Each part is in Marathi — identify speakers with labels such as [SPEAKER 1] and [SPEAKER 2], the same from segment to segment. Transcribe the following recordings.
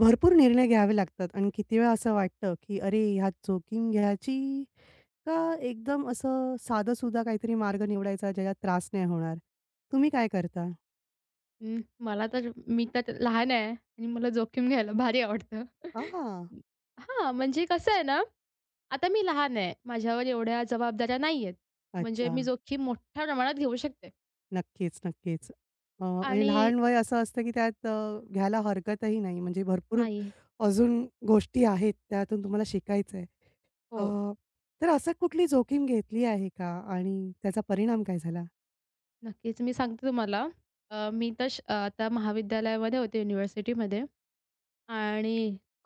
[SPEAKER 1] भरपूर निर्णय घ्यावे लागतात आणि किती वेळा असं वाटतं, की अरे ह्यात जोखीम घ्यायची का, एकदम असं साधंसुधा काहीतरी मार्ग निवडायचा ज्याच्यात त्रास नाही होणार. तुम्ही काय करता?
[SPEAKER 2] मला तर मी तर ते- लहान आहे आणि मला जोखीम घ्यायला भारी आवडतं.
[SPEAKER 1] आह!
[SPEAKER 2] हां, म्हणजे कसं आहे ना, आता मी लहान आहे. माझ्यावर एवढ्या जबाबदाऱ्या नाही आहेत. म्हणजे
[SPEAKER 1] अच्छा.
[SPEAKER 2] मी जोखीम मोठ्या प्रमाणात घेऊ शकते
[SPEAKER 1] नक्कीच, नक्कीच. आणि
[SPEAKER 2] आणि
[SPEAKER 1] लहान वय असं असतं, की त्यात घ्यायला हरकतही नाही. म्हणजे भरपूर
[SPEAKER 2] नाही
[SPEAKER 1] अजून गोष्टी आहेत त्यातून तुम्हाला शिकायचं आहे.
[SPEAKER 2] हो,
[SPEAKER 1] अ, तर असं कुठली जोखीम घेतली आहे का आणि त्याचा परिणाम काय झाला?
[SPEAKER 2] नक्कीच मी सांगते तुम्हाला. मी तर श अ, आता महाविद्यालयामध्ये होते युनिव्हर्सिटीमध्ये आणि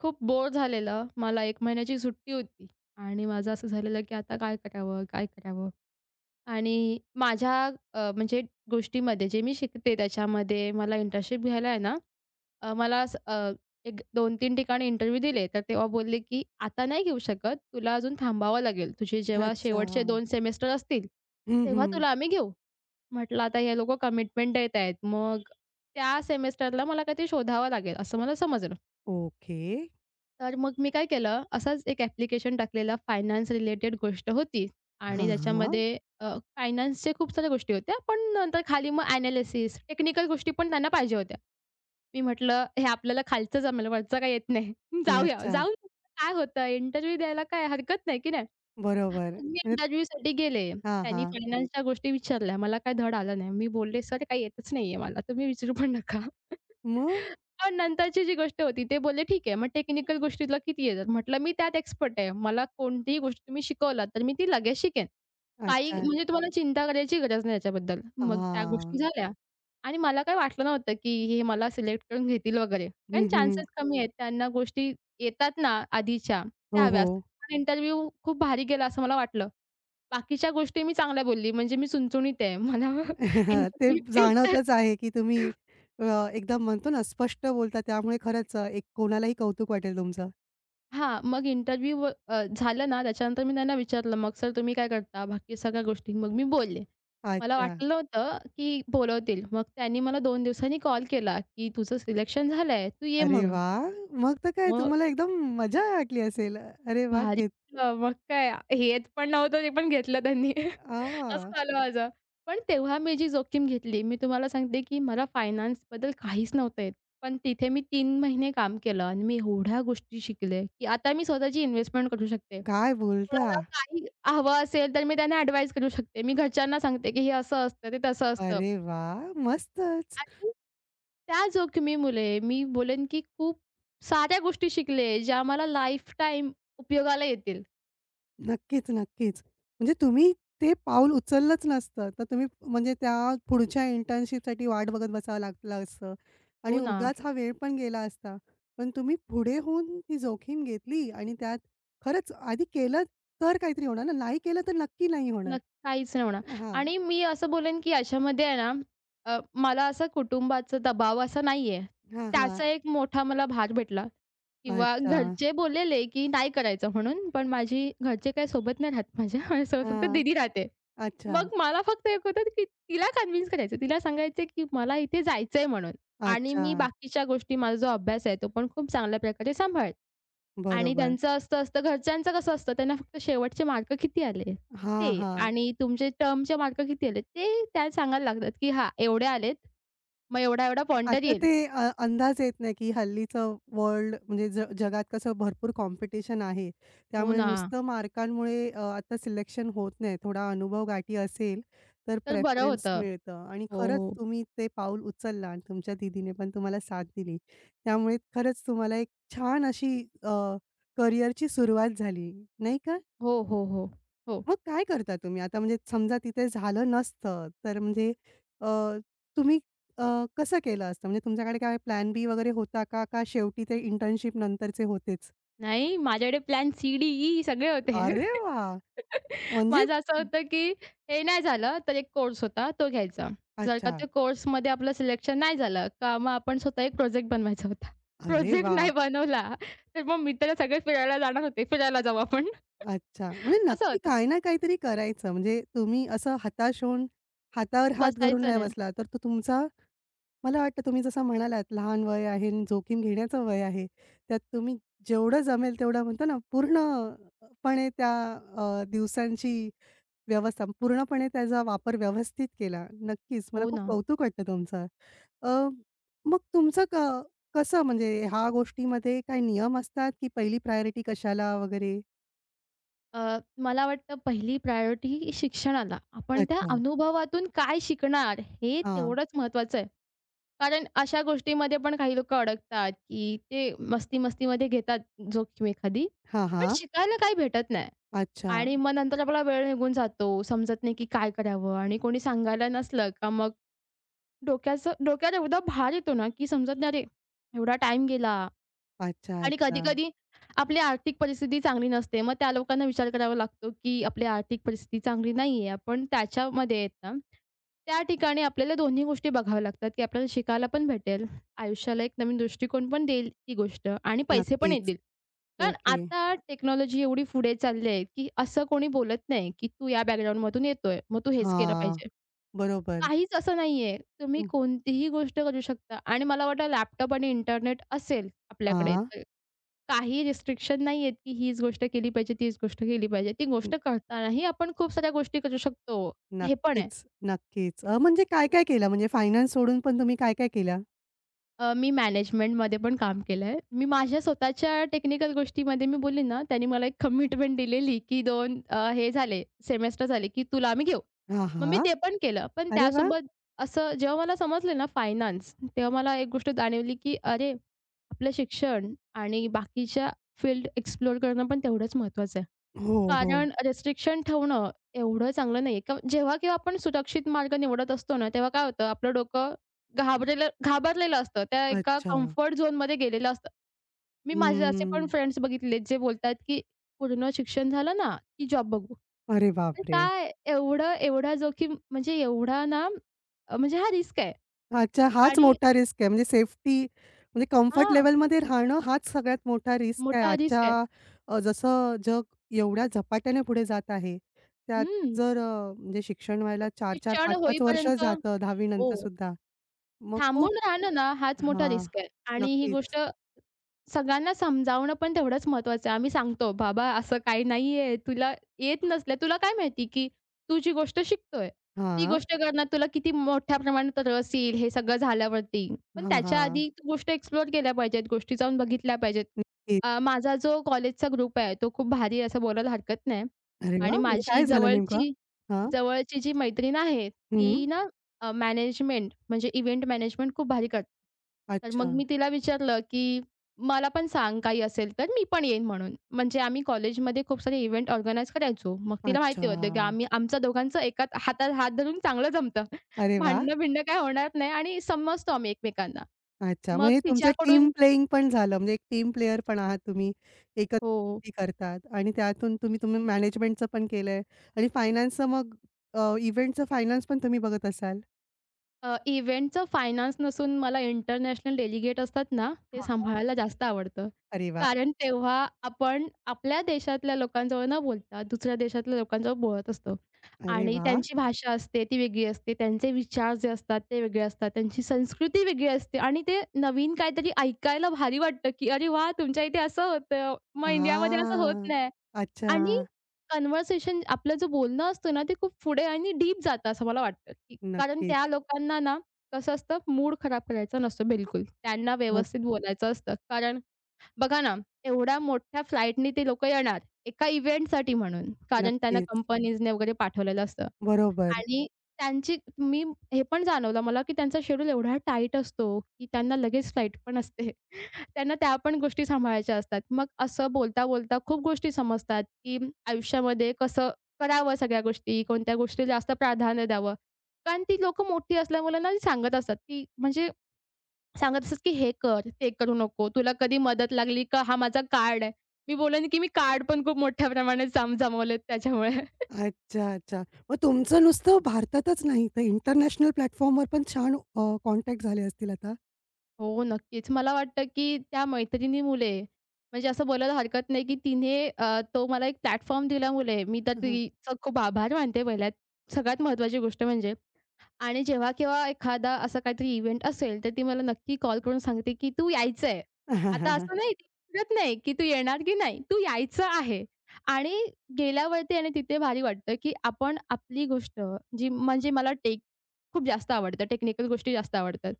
[SPEAKER 2] खूप बोर झालेलं. मला 1 महिन्याची सुट्टी होती आणि माझं असं झालेलं की आता काय करावं? काय करावं? आणि माझ्या म्हणजे गोष्टीमध्ये जे मी शिकते त्याच्यामध्ये मला इंटर्नशिप घ्यायला आहे ना, अ, मला स अ, एक दोन तीन ठिकाणी इंटरव्ह्यू दिले. तर तेव्हा बोलले, की "आता नाही घेऊ शकत. तुला अजून थांबावं लागेल. तुझे जेव्हा
[SPEAKER 1] अच्छा.
[SPEAKER 2] शेवटचे दोन सेमेस्टर असतील,
[SPEAKER 1] हं,
[SPEAKER 2] तेव्हा
[SPEAKER 1] हं.
[SPEAKER 2] तुला आम्ही घेऊ." म्हटलं आता हे लोकं कमिटमेंट देत आहेत. मग त्या सेमेस्टरला मला काहीतरी शोधावं लागेल असं मला समजलं.
[SPEAKER 1] ओके.
[SPEAKER 2] तर मग मी काय केलं, असाच एक ॲप्लिकेशन टाकलेला फायनान्स रिलेटेड गोष्ट होती आणि
[SPEAKER 1] हां, हां.
[SPEAKER 2] त्याच्यामध्ये फायनान्सच्या खूप साऱ्या गोष्टी होत्या. पण नंतर खाली मग एनालिसिस, टेक्निकल गोष्टी पण त्यांना पाहिजे होत्या. मी म्हटलं, "हे आपल्याला खालचं जमेल, वरचं काही येत नाही. जाऊया,
[SPEAKER 1] अच्छा.
[SPEAKER 2] जाऊन काय होतं, इंटरव्ह्यू द्यायला काय हरकत नाही, की नाही?"
[SPEAKER 1] बरोबर.
[SPEAKER 2] मग मी
[SPEAKER 1] म्हणजे
[SPEAKER 2] इंटरव्ह्यूसाठी गेले.
[SPEAKER 1] हां,
[SPEAKER 2] त्यांनी
[SPEAKER 1] हां.
[SPEAKER 2] फायनान्सच्या गोष्टी विचारल्या. मला काही धड आलं नाही. मी बोलले, "सर काही येतच नाहीये मला. तुम्ही विचारू पण नका."
[SPEAKER 1] मग?
[SPEAKER 2] पण नंतरची जी गोष्ट होती ते बोलले, "ठीक आहे. मग टेक्निकल गोष्टी तुला किती येतात?" म्हटलं, "मी त्यात एक्सपर्ट आहे. मला कोणतीही गोष्ट तुम्ही शिकवलात तर मी ती लगेच शिकेन. काही
[SPEAKER 1] अच्छा.
[SPEAKER 2] म्हणजे तुम्हाला चिंता करायची गरज नाही याच्याबद्दल." मग त्या
[SPEAKER 1] हां.
[SPEAKER 2] गोष्टी झाल्या आणि मला काही वाटलं नव्हतं, की हे मला सिलेक्ट करून घेतील वगैरे. कारण
[SPEAKER 1] हं, हं.
[SPEAKER 2] चान्सेस कमी आहेत. त्यांना गोष्टी येतात ना आधीच्या, त्या
[SPEAKER 1] हो,
[SPEAKER 2] हव्या
[SPEAKER 1] हो.
[SPEAKER 2] पण इंटरव्ह्यू खूप भारी गेला असं मला वाटलं. बाकीच्या गोष्टी मी चांगल्या बोलली म्हणजे मी चुणचुणीत आहे. मला
[SPEAKER 1] ते
[SPEAKER 2] इंटरव्ह्यू
[SPEAKER 1] जाणवतच आहे, की तुम्ही अ, एकदम म्हणतो ना, स्पष्ट बोलता. त्यामुळे खरंच एक कोणालाही कौतुक वाटेल तुमचं.
[SPEAKER 2] हां, झालं ना त्याच्यानंतर मी त्यांना विचारलं, "मग सर तुम्ही काय करता?" बाकी सगळ्या गोष्टी मग मी बोलले. मला
[SPEAKER 1] अच्छा.
[SPEAKER 2] वाटलं होतं, की बोलवतील. मग त्यांनी मला 2 दिवसांनी कॉल केला, की "तुझं सिलेक्शन झालंय, तू ये"
[SPEAKER 1] अरे
[SPEAKER 2] म्हणून.
[SPEAKER 1] वाह! मग तर काय
[SPEAKER 2] मग
[SPEAKER 1] तुम्हाला एकदम मजा वाटली असेल. अरे वाह!
[SPEAKER 2] भारी
[SPEAKER 1] घेत
[SPEAKER 2] अ, मग काय हेच पण नव्हतं ते पण घेतलं त्यांनी.
[SPEAKER 1] आ,
[SPEAKER 2] असं झालं माझं. पण तेव्हा मी जी जोखीम घेतली, मी तुम्हाला सांगते की मला फायनान्सबद्दल काहीच नव्हतं येत. पण तिथे मी तीन महिने काम केलं आणि मी एवढ्या गोष्टी शिकले, की आता मी स्वतःची इन्व्हेस्टमेंट करू शकते.
[SPEAKER 1] काय बोलता?
[SPEAKER 2] कोणाला काही हवं असेल तर मी त्यांना ॲडवाईस करू शकते. मी घरच्यांना सांगते, की हे असं असतं, ते तसं असतं.
[SPEAKER 1] अरे वाह! मस्तच.
[SPEAKER 2] आणि त्या जोखमीमुळे मी बोलेन की खूप साऱ्या गोष्टी शिकले, ज्या मला लाईफटाईम उपयोगाला येतील.
[SPEAKER 1] नक्कीच, नक्कीच. म्हणजे तुम्ही ते पाऊल उचललंच नसतं, तर तुम्ही म्हणजे त्या पुढच्या इंटर्नशिपसाठी वाट बघत बसावं लागलं असतं
[SPEAKER 2] हो
[SPEAKER 1] आणि
[SPEAKER 2] ना.
[SPEAKER 1] उगाच हा वेळ पण गेला असता. पण तुम्ही पुढे होऊन ती जोखीम घेतली आणि त्यात खरंच आधी केलं तर काहीतरी होणार ना, नाही केलं तर नक्की नाही होणार.
[SPEAKER 2] नक्की, काहीच नाही होणार
[SPEAKER 1] हां,
[SPEAKER 2] आणि मी असं बोलेन, की याच्यामध्ये आहे ना, मला असं कुटुंबाचा दबाव असा नाहीये.
[SPEAKER 1] हां, हां.
[SPEAKER 2] त्याचा एक मोठा मला भाग भेटला किंवा
[SPEAKER 1] अच्छा.
[SPEAKER 2] घरचे बोललेले, की नाही करायचं म्हणून, पण माझी घरचे काही सोबत नाही राहत माझ्या. माझ्यासोबत फक्त
[SPEAKER 1] हां.
[SPEAKER 2] दीदी राहते.
[SPEAKER 1] अच्छा,
[SPEAKER 2] मग मला फक्त एक होतं, की तिला कन्विन्स करायचं. तिला सांगायचं, की मला इथे जायचंय म्हणून आणि
[SPEAKER 1] अच्छा.
[SPEAKER 2] मी बाकीच्या गोष्टी माझा जो अभ्यास आहे, तो पण खूप चांगल्या प्रकारे सांभाळेल. आणि
[SPEAKER 1] बरोबर.
[SPEAKER 2] त्यांचं असतं असतं घरच्यांचं कसं असतं, त्यांना फक्त शेवटचे मार्क किती आले?
[SPEAKER 1] हां,
[SPEAKER 2] ते
[SPEAKER 1] हां.
[SPEAKER 2] आणि तुमचे टर्मचे मार्क किती आले ते त्या सांगायला लागतात, की हां, एवढे आलेत. मग एवढा-एवढा पॉइंटर
[SPEAKER 1] आता
[SPEAKER 2] येईल.
[SPEAKER 1] ते अंदाज येत नाही, की हल्लीचं वर्ल्ड म्हणजे जगात कसं भरपूर कॉम्पिटिशन आहे.
[SPEAKER 2] हो
[SPEAKER 1] त्यामुळे
[SPEAKER 2] ना,
[SPEAKER 1] नुसतं मार्कांमुळे आता सिलेक्शन होत नाही. थोडा अनुभव गाठी असेल, तर
[SPEAKER 2] तर बरं
[SPEAKER 1] प्रेफरन्स
[SPEAKER 2] होतं.
[SPEAKER 1] मिळतं आणि
[SPEAKER 2] हो,
[SPEAKER 1] खरंच
[SPEAKER 2] हो.
[SPEAKER 1] तुम्ही ते पाऊल उचलला आणि तुमच्या दीदीने पण तुम्हाला साथ दिली. त्यामुळे खरंच तुम्हाला एक छान अशी अ, करिअरची सुरुवात झाली, नाही का?
[SPEAKER 2] हो, हो, हो. हो.
[SPEAKER 1] मग काय करता तुम्ही? आता म्हणजे समजा तिथे झालं नसतं, तर म्हणजे अ, तुम्ही अ, कसं केलं असतं? म्हणजे तुमच्याकडे काय प्लॅन बी वगैरे होता का? का शेवटी ते इंटर्नशिप नंतरचे होतेच?
[SPEAKER 2] नाही, माझ्याकडे प्लॅन सी, डी, ई सगळे होते.
[SPEAKER 1] अरे वाह! म्हणजे
[SPEAKER 2] माझं असं होतं, की हे नाही झालं, तर एक कोर्स होता तो घ्यायचा. जर का
[SPEAKER 1] अच्छा.
[SPEAKER 2] त्या कोर्समध्ये आपलं सिलेक्शन नाही झालं का मग आपण स्वतः एक प्रोजेक्ट बनवायचा होता.
[SPEAKER 1] अरे
[SPEAKER 2] प्रोजेक्ट
[SPEAKER 1] वाह!
[SPEAKER 2] नाही बनवला, तर मग मित्र सगळे फिरायला जाणार होते. फिरायला जाऊ आपण.
[SPEAKER 1] अच्छा. म्हणजे
[SPEAKER 2] असं
[SPEAKER 1] नक्की
[SPEAKER 2] होतं.
[SPEAKER 1] काही ना काहीतरी करायचं. म्हणजे तुम्ही असं हताश होऊन हातावर हात घालून
[SPEAKER 2] बसायचं
[SPEAKER 1] नाही
[SPEAKER 2] नाही.
[SPEAKER 1] बसला, तर तो तुमचा मला वाटतं तुम्ही जसं म्हणालात, लहान वय आहे आणि जोखीम घेण्याचं वय आहे. त्यात तुम्ही जेवढं जमेल तेवढं म्हणतो ना, पूर्णपणे त्या दिवसांची व्यवस्था पूर्णपणे त्याचा वापर व्यवस्थित केला. नक्कीच मला
[SPEAKER 2] हो
[SPEAKER 1] खूप
[SPEAKER 2] ना.
[SPEAKER 1] कौतुक वाटतं तुमचं. अ, मग तुमचं कसं म्हणजे ह्या गोष्टीमध्ये काही नियम असतात, की पहिली प्रायोरिटी कशाला वगैरे?
[SPEAKER 2] अ, मला वाटतं पहिली प्रायोरिटी ही शिक्षणाला. आपण त्या
[SPEAKER 1] अच्छा.
[SPEAKER 2] अनुभवातून काय शिकणार हे
[SPEAKER 1] हां.
[SPEAKER 2] तेवढंच महत्त्वाचं आहे. कारण अशा गोष्टीमध्ये पण काही लोकं अडकतात, की ते मस्ती-मस्तीमध्ये घेतात जोखीम एखादी,
[SPEAKER 1] हां,
[SPEAKER 2] पण
[SPEAKER 1] हां.
[SPEAKER 2] शिकायला काही भेटत नाही.
[SPEAKER 1] अच्छा,
[SPEAKER 2] आणि मग नंतर आपला वेळ निघून जातो, समजत नाही की काय करावं आणि कोणी सांगायला नसलं का मग डोक्याचं डोक्याला एवढा भार येतो ना, की समजत नाही, "अरे, एवढा टाईम गेला."
[SPEAKER 1] अच्छा,
[SPEAKER 2] आणि
[SPEAKER 1] अच्छा.
[SPEAKER 2] कधी-कधी आपली आर्थिक परिस्थिती चांगली नसते. मग त्या लोकांना विचार करावा लागतो, की आपली आर्थिक परिस्थिती चांगली नाहीये. आपण त्याच्यामध्ये आहेत ना, त्या ठिकाणी आपल्याला दोन्ही गोष्टी बघाव्या लागतात, की आपल्याला शिकायला पण भेटेल. आयुष्याला एक नवीन दृष्टिकोन पण देईल ती गोष्ट आणि पैसे पण
[SPEAKER 1] नक्कीच.
[SPEAKER 2] येतील. कारण
[SPEAKER 1] ओके.
[SPEAKER 2] आता टेक्नॉलॉजी एवढी पुढे चालली आहे, की असं कोणी बोलत नाही, की "तू या बॅकग्राऊंडमधून येतोय, मग तू हेच केलं
[SPEAKER 1] हां.
[SPEAKER 2] पाहिजे."
[SPEAKER 1] बरोबर.
[SPEAKER 2] काहीच असं नाहीये. तुम्ही कोणतीही गोष्ट करू शकता आणि मला वाटतं लॅपटॉप आणि इंटरनेट असेल आपल्याकडे
[SPEAKER 1] हां.
[SPEAKER 2] तर काही रिस्ट्रिक्शन नाहीयेत, की हीच गोष्ट केली पाहिजे, तीच गोष्ट केली पाहिजे. ती
[SPEAKER 1] न
[SPEAKER 2] गोष्ट करतानाही आपण खूप साऱ्या गोष्टी करू शकतो. हे पण आहे.
[SPEAKER 1] नक्कीच, नक्कीच. म्हणजे काय-काय केलं? म्हणजे फायनान्स सोडून पण तुम्ही काय-काय केलं?
[SPEAKER 2] मी मॅनेजमेंटमध्ये पण काम केलंय. मी माझ्या स्वतःच्या टेक्निकल गोष्टीमध्ये मी बोलीन ना, त्यांनी मला एक कमिटमेंट दिलेली, की 2 अ, हे झाले सेमेस्टर झाले, की तुला आम्ही घेऊ.
[SPEAKER 1] हां,
[SPEAKER 2] मग मी
[SPEAKER 1] हां.
[SPEAKER 2] ते पण केलं. पण
[SPEAKER 1] अरे वाह!
[SPEAKER 2] त्यासोबत असं जेव्हा मला समजलं ना फायनान्स, तेव्हा मला एक गोष्ट जाणवली, की अरे, आपलं शिक्षण आणि बाकीच्या फील्ड एक्सप्लोर करणं पण तेवढंच महत्त्वाचं आहे.
[SPEAKER 1] हो, हो.
[SPEAKER 2] कारण रिस्ट्रिक्शन ठेवणं एवढं चांगलं नाहीये. का जेव्हा केव्हा आपण सुरक्षित मार्ग निवडत असतो ना, तेव्हा काय होतं आपलं डोकं घाबरलेलं घाबरलेलं असतं. त्या एका
[SPEAKER 1] अच्छा.
[SPEAKER 2] कम्फर्ट झोनमध्ये गेलेलं असतं. मी माझे असे पण
[SPEAKER 1] हम्म.
[SPEAKER 2] फ्रेंड्स बघितलेत, जे बोलतात, की पूर्ण शिक्षण झालं ना, की जॉब बघू.
[SPEAKER 1] अरे
[SPEAKER 2] अरे
[SPEAKER 1] बापरे!
[SPEAKER 2] काय एवढं एवढा जोखीम म्हणजे एवढा ना अ, म्हणजे हा रिस्क आहे
[SPEAKER 1] अच्छा, हाच
[SPEAKER 2] आणि
[SPEAKER 1] मोठा रिस्क आहे. म्हणजे सेफ्टी म्हणजे कम्फर्ट
[SPEAKER 2] हां,
[SPEAKER 1] लेव्हलमध्ये राहणं हाच सगळ्यात मोठा रिस्क आहे.
[SPEAKER 2] मोठा रिस्क
[SPEAKER 1] आजच्या
[SPEAKER 2] आहे.
[SPEAKER 1] जसं जग एवढ्या झपाट्याने पुढे जात आहे, त्यात
[SPEAKER 2] हं.
[SPEAKER 1] जर म्हणजे शिक्षण व्हायला 4-4,
[SPEAKER 2] शिक्षण
[SPEAKER 1] 5-5 वर्ष
[SPEAKER 2] होईपर्यंत
[SPEAKER 1] जातं
[SPEAKER 2] हो.
[SPEAKER 1] 10वी नंतर सुद्धा. मग खूप
[SPEAKER 2] थांबून राहणं ना हाच मोठा
[SPEAKER 1] हां.
[SPEAKER 2] रिस्क आहे आणि ही गोष्ट
[SPEAKER 1] नक्कीच.
[SPEAKER 2] सगळ्यांना समजावणं पण तेवढंच महत्त्वाचं आहे. आम्ही सांगतो, "बाबा असं काही नाहीये. तुला येत नसलं तुला काय माहिती, की तू जी गोष्ट शिकतोय, ती
[SPEAKER 1] हां.
[SPEAKER 2] गोष्ट करण्यात तुला किती मोठ्या प्रमाणात रस येईल हे सगळं झाल्यावरती." पण
[SPEAKER 1] हां,
[SPEAKER 2] त्याच्या
[SPEAKER 1] हां.
[SPEAKER 2] आधी तू गोष्ट एक्सप्लोर केल्या पाहिजेत, गोष्टी जाऊन बघितल्या पाहिजेत.
[SPEAKER 1] नक्कीच.
[SPEAKER 2] माझा जो कॉलेजचा ग्रुप आहे तो खूप भारी आहे असं बोलायला हरकत नाही
[SPEAKER 1] अरे
[SPEAKER 2] आणि
[SPEAKER 1] वाह! म्हणजे
[SPEAKER 2] माझी
[SPEAKER 1] काय झालं नेमकं?
[SPEAKER 2] जवळची
[SPEAKER 1] हां.
[SPEAKER 2] जवळची जी मैत्रीण आहे,
[SPEAKER 1] हं.
[SPEAKER 2] ती ना मॅनेजमेंट म्हणजे इव्हेंट मॅनेजमेंट खूप भारी करते. तर
[SPEAKER 1] अच्छा,
[SPEAKER 2] मग मी तिला विचारलं, की मला पण सांग काही असेल तर, मी पण येईन म्हणून. म्हणजे आम्ही कॉलेजमध्ये खूप सारे इव्हेंट ऑर्गनाइज करायचो. मग तिला माहिती होतं, की
[SPEAKER 1] अच्छा.
[SPEAKER 2] आम्ही आमचं दोघांचं एकाच हातात हात धरून चांगलं जमतं.
[SPEAKER 1] अरे वाह!
[SPEAKER 2] भांडणं-भिंडणं काही होणार नाही आणि समजतो आम्ही एकमेकांना.
[SPEAKER 1] अच्छा. मग
[SPEAKER 2] मग
[SPEAKER 1] हे तुमचं टीम
[SPEAKER 2] तिच्याकडून
[SPEAKER 1] प्लेइंग पण झालं. म्हणजे एक टीम प्लेयर पण आहात तुम्ही. एकत्र
[SPEAKER 2] हो.
[SPEAKER 1] गोष्टी करतात आणि त्यातून तुम्ही तुम्ही मॅनेजमेंटचं पण केलंय आणि फायनान्सचं मग इव्हेंटचं फायनान्स पण तुम्ही बघत असाल?
[SPEAKER 2] इव्हेंटचं फायनान्स नसून मला इंटरनॅशनल डेलिगेट असतात ना, ते
[SPEAKER 1] हां, हां.
[SPEAKER 2] सांभाळायला जास्त आवडतं.
[SPEAKER 1] अरे वाह!
[SPEAKER 2] कारण तेव्हा आपण आपल्या देशातल्या लोकांजवळ न बोलता दुसऱ्या देशातल्या लोकांजवळ बोलत असतो
[SPEAKER 1] अरे
[SPEAKER 2] आणि
[SPEAKER 1] वाह!
[SPEAKER 2] त्यांची भाषा असते ती वेगळी असते. त्यांचे विचार जे असतात ते वेगळे असतात. त्यांची संस्कृती वेगळी असते आणि ते नवीन काहीतरी ऐकायला भारी वाटतं, की "अरे वाह! तुमच्या इथे असं होतं. मग इंडियामध्ये असं होत
[SPEAKER 1] हां.
[SPEAKER 2] नाही."
[SPEAKER 1] अच्छा.
[SPEAKER 2] आणि कन्व्हर्सेशन आपलं जो बोलणं असतं ना, ते खूप पुढे आणि डीप जातं असं मला वाटतं, की कारण
[SPEAKER 1] नक्कीच.
[SPEAKER 2] त्या लोकांना ना कसं असतं मूड खराब करायचा नसतो बिलकुल. त्यांना
[SPEAKER 1] नक्क
[SPEAKER 2] व्यवस्थित बोलायचं असतं. कारण बघा ना, एवढ्या मोठ्या फ्लाइटनी ते लोकं येणार एका इव्हेंटसाठी म्हणून. कारण त्यांना
[SPEAKER 1] नक्कीच.
[SPEAKER 2] कंपनीजने वगैरे पाठवलेलं असतं.
[SPEAKER 1] बरोबर.
[SPEAKER 2] आणि त्यांची मी हे पण जाणवलं मला, की त्यांचा शेड्यूल एवढा टाईट असतो, की त्यांना लगेच फ्लाइट पण असते. त्यांना त्या पण गोष्टी सांभाळायच्या असतात. मग असं बोलता-बोलता खूप गोष्टी समजतात, की आयुष्यामध्ये कसं करावं सगळ्या गोष्टी, कोणत्या गोष्टीला जास्त प्राधान्य द्यावं. कारण ती लोकं मोठी असल्यामुळे ना, ती सांगत असतात, की म्हणजे सांगत असतात, की "हे कर, ते करू नको. तुला कधी मदत लागली का हा माझा कार्ड आहे." मी बोलेन, की मी कार्ड पण खूप मोठ्या प्रमाणात जमवलेत त्याच्यामुळे.
[SPEAKER 1] अच्छा, अच्छा. मग तुमचं नुसतं भारतातच नाही, तर इंटरनॅशनल प्लॅटफॉर्मवर पण छान कॉन्टॅक्ट झाले असतील आता?
[SPEAKER 2] हो, नक्कीच. मला वाटतं, की त्या मैत्रिणी मुले म्हणजे असं बोलायला हरकत नाही, की तो मला एक प्लॅटफॉर्म दिल्यामुळे मी तर
[SPEAKER 1] हां.
[SPEAKER 2] तिचं खूप आभार मानते पहिल्यात. सगळ्यात महत्त्वाची गोष्ट म्हणजे. आणि जेव्हा केव्हा एखादा असा काहीतरी इव्हेंट असेल, तर ती मला नक्की कॉल करून सांगते, की "तू यायचंय."
[SPEAKER 1] हं,
[SPEAKER 2] आता
[SPEAKER 1] हं, हं.
[SPEAKER 2] असं नाही ती विचारत नाही, की "तू येणार की नाही?" "तू यायचं आहे." आणि गेल्यावरती आणि तिथे भारी वाटतं, की आपण आपली गोष्ट जी म्हणजे मला टेक खूप जास्त आवडतं. टेक्निकल गोष्टी जास्त आवडतात.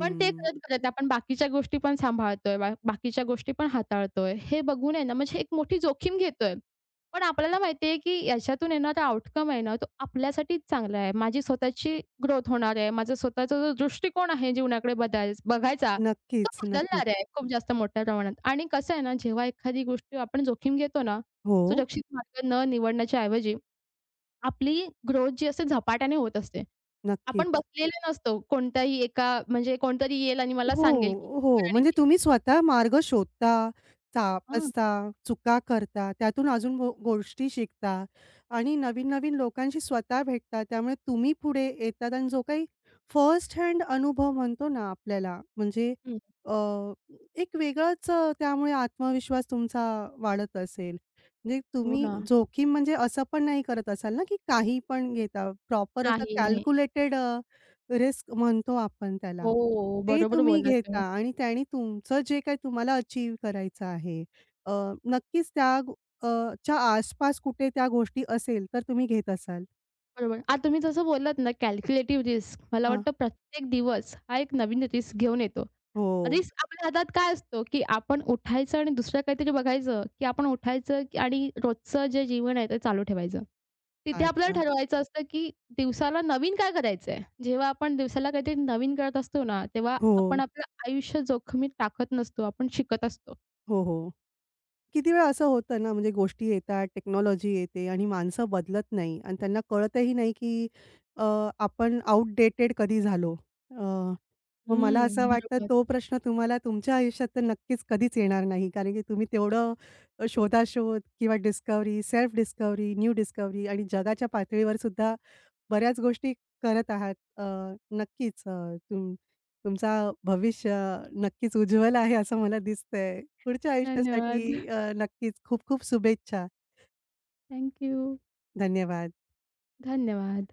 [SPEAKER 2] पण ते करत-करत आपण बाकीच्या गोष्टी पण सांभाळतोय, बाकीच्या गोष्टी पण हाताळतोय. हे बघून आहे ना, म्हणजे एक मोठी जोखीम घेतोय. पण आपल्याला माहिती आहे, की याच्यातून येणारा आउटकम आहे ना, तो आपल्यासाठीच चांगला आहे. माझी स्वतःची ग्रोथ होणार आहे. माझा स्वतःचा जो दृष्टिकोन आहे जीवनाकडे बदल बघायचा, तो
[SPEAKER 1] नक्कीच, नक्कीच.
[SPEAKER 2] बदलणार आहे खूप जास्त मोठ्या प्रमाणात. आणि कसं आहे ना, जेव्हा एखादी गोष्ट आपण जोखीम घेतो ना,
[SPEAKER 1] हो,
[SPEAKER 2] सुरक्षित मार्ग न निवडण्याच्या ऐवजी आपली ग्रोथ जी असते झपाट्याने होत असते. आपण
[SPEAKER 1] नक्कीच.
[SPEAKER 2] बसलेले नसतो कोणत्याही एका म्हणजे कोणतरी येईल आणि मला
[SPEAKER 1] हो,
[SPEAKER 2] सांगेल, की हे कर
[SPEAKER 1] हो.
[SPEAKER 2] आणि
[SPEAKER 1] म्हणजे
[SPEAKER 2] ते
[SPEAKER 1] तुम्ही स्वतः मार्ग शोधता,
[SPEAKER 2] कर. हां.
[SPEAKER 1] तापसता, चुका करता, त्यातून अजून गोष्टी शिकता आणि नवीन-नवीन लोकांशी स्वतः भेटता. त्यामुळे तुम्ही पुढे येतात आणि जो काही फर्स्ट हँड अनुभव म्हणतो ना आपल्याला, म्हणजे
[SPEAKER 2] हं.
[SPEAKER 1] अ, एक वेगळाच त्यामुळे आत्मविश्वास तुमचा वाढत असेल. म्हणजे
[SPEAKER 2] हो
[SPEAKER 1] तुम्ही
[SPEAKER 2] ना.
[SPEAKER 1] जोखीम म्हणजे असं पण नाही करत असाल ना, की काही पण घेता. प्रॉपर असं
[SPEAKER 2] नाही, नाही.
[SPEAKER 1] कॅल्क्युलेटेड रिस्क म्हणतो आपण त्याला.
[SPEAKER 2] हो,
[SPEAKER 1] ते
[SPEAKER 2] बरोबर
[SPEAKER 1] तुम्ही
[SPEAKER 2] बोललात
[SPEAKER 1] घेता
[SPEAKER 2] तुम्ही.
[SPEAKER 1] आणि त्याने तुमचं जे काही तुम्हाला अचीव्ह करायचं आहे, अ, नक्कीच त्या गो अ, च्या आसपास कुठे त्या गोष्टी असेल, तर तुम्ही घेत असाल.
[SPEAKER 2] बरोबर. आता तुम्ही जसं बोललात ना कॅल्क्युलेटिव्ह रिस्क. मला
[SPEAKER 1] हां.
[SPEAKER 2] वाटतं प्रत्येक दिवस हा एक नवीन रिस्क घेऊन येतो.
[SPEAKER 1] हो.
[SPEAKER 2] रिस्क आपल्या हातात काय असतो, की आपण उठायचं आणि दुसरं काहीतरी बघायचं, की आपण उठायचं की आणि रोजचं जे जीवन आहे ते चालू ठेवायचं. तिथे आपल्याला
[SPEAKER 1] अच्छा.
[SPEAKER 2] ठरवायचं असतं, की दिवसाला नवीन काय करायचंय? जेव्हा आपण दिवसाला काहीतरी नवीन करत असतो ना, तेव्हा
[SPEAKER 1] हो,
[SPEAKER 2] आपण आपलं आयुष्य जोखमीत टाकत नसतो. आपण शिकत असतो.
[SPEAKER 1] हो, हो. किती वेळा असं होतं ना, म्हणजे गोष्टी येतात, टेक्नॉलॉजी येते आणि माणसं बदलत नाही आणि त्यांना कळतही नाही, की अ, आपण आउटडेटेड कधी झालो. अ, मग मला असं
[SPEAKER 2] हं.
[SPEAKER 1] वाटतं
[SPEAKER 2] बरोबर.
[SPEAKER 1] तो प्रश्न तुम्हाला तुमच्या आयुष्यात तर नक्कीच कधीच येणार नाही. कारण की तुम्ही तेवढं शोधाशोध किंवा discovery, self discovery, new discovery आणि जगाच्या पातळीवर सुद्धा बऱ्याच गोष्टी करत आहात. नक्कीच तुम तुमचा भविष्य नक्कीच उज्ज्वल आहे असं मला दिसतंय. पुढच्या
[SPEAKER 2] धन्यवाद.
[SPEAKER 1] आयुष्यासाठी नक्कीच खूप खूप शुभेच्छा.
[SPEAKER 2] थँक
[SPEAKER 1] धन्यवाद.
[SPEAKER 2] धन्यवाद.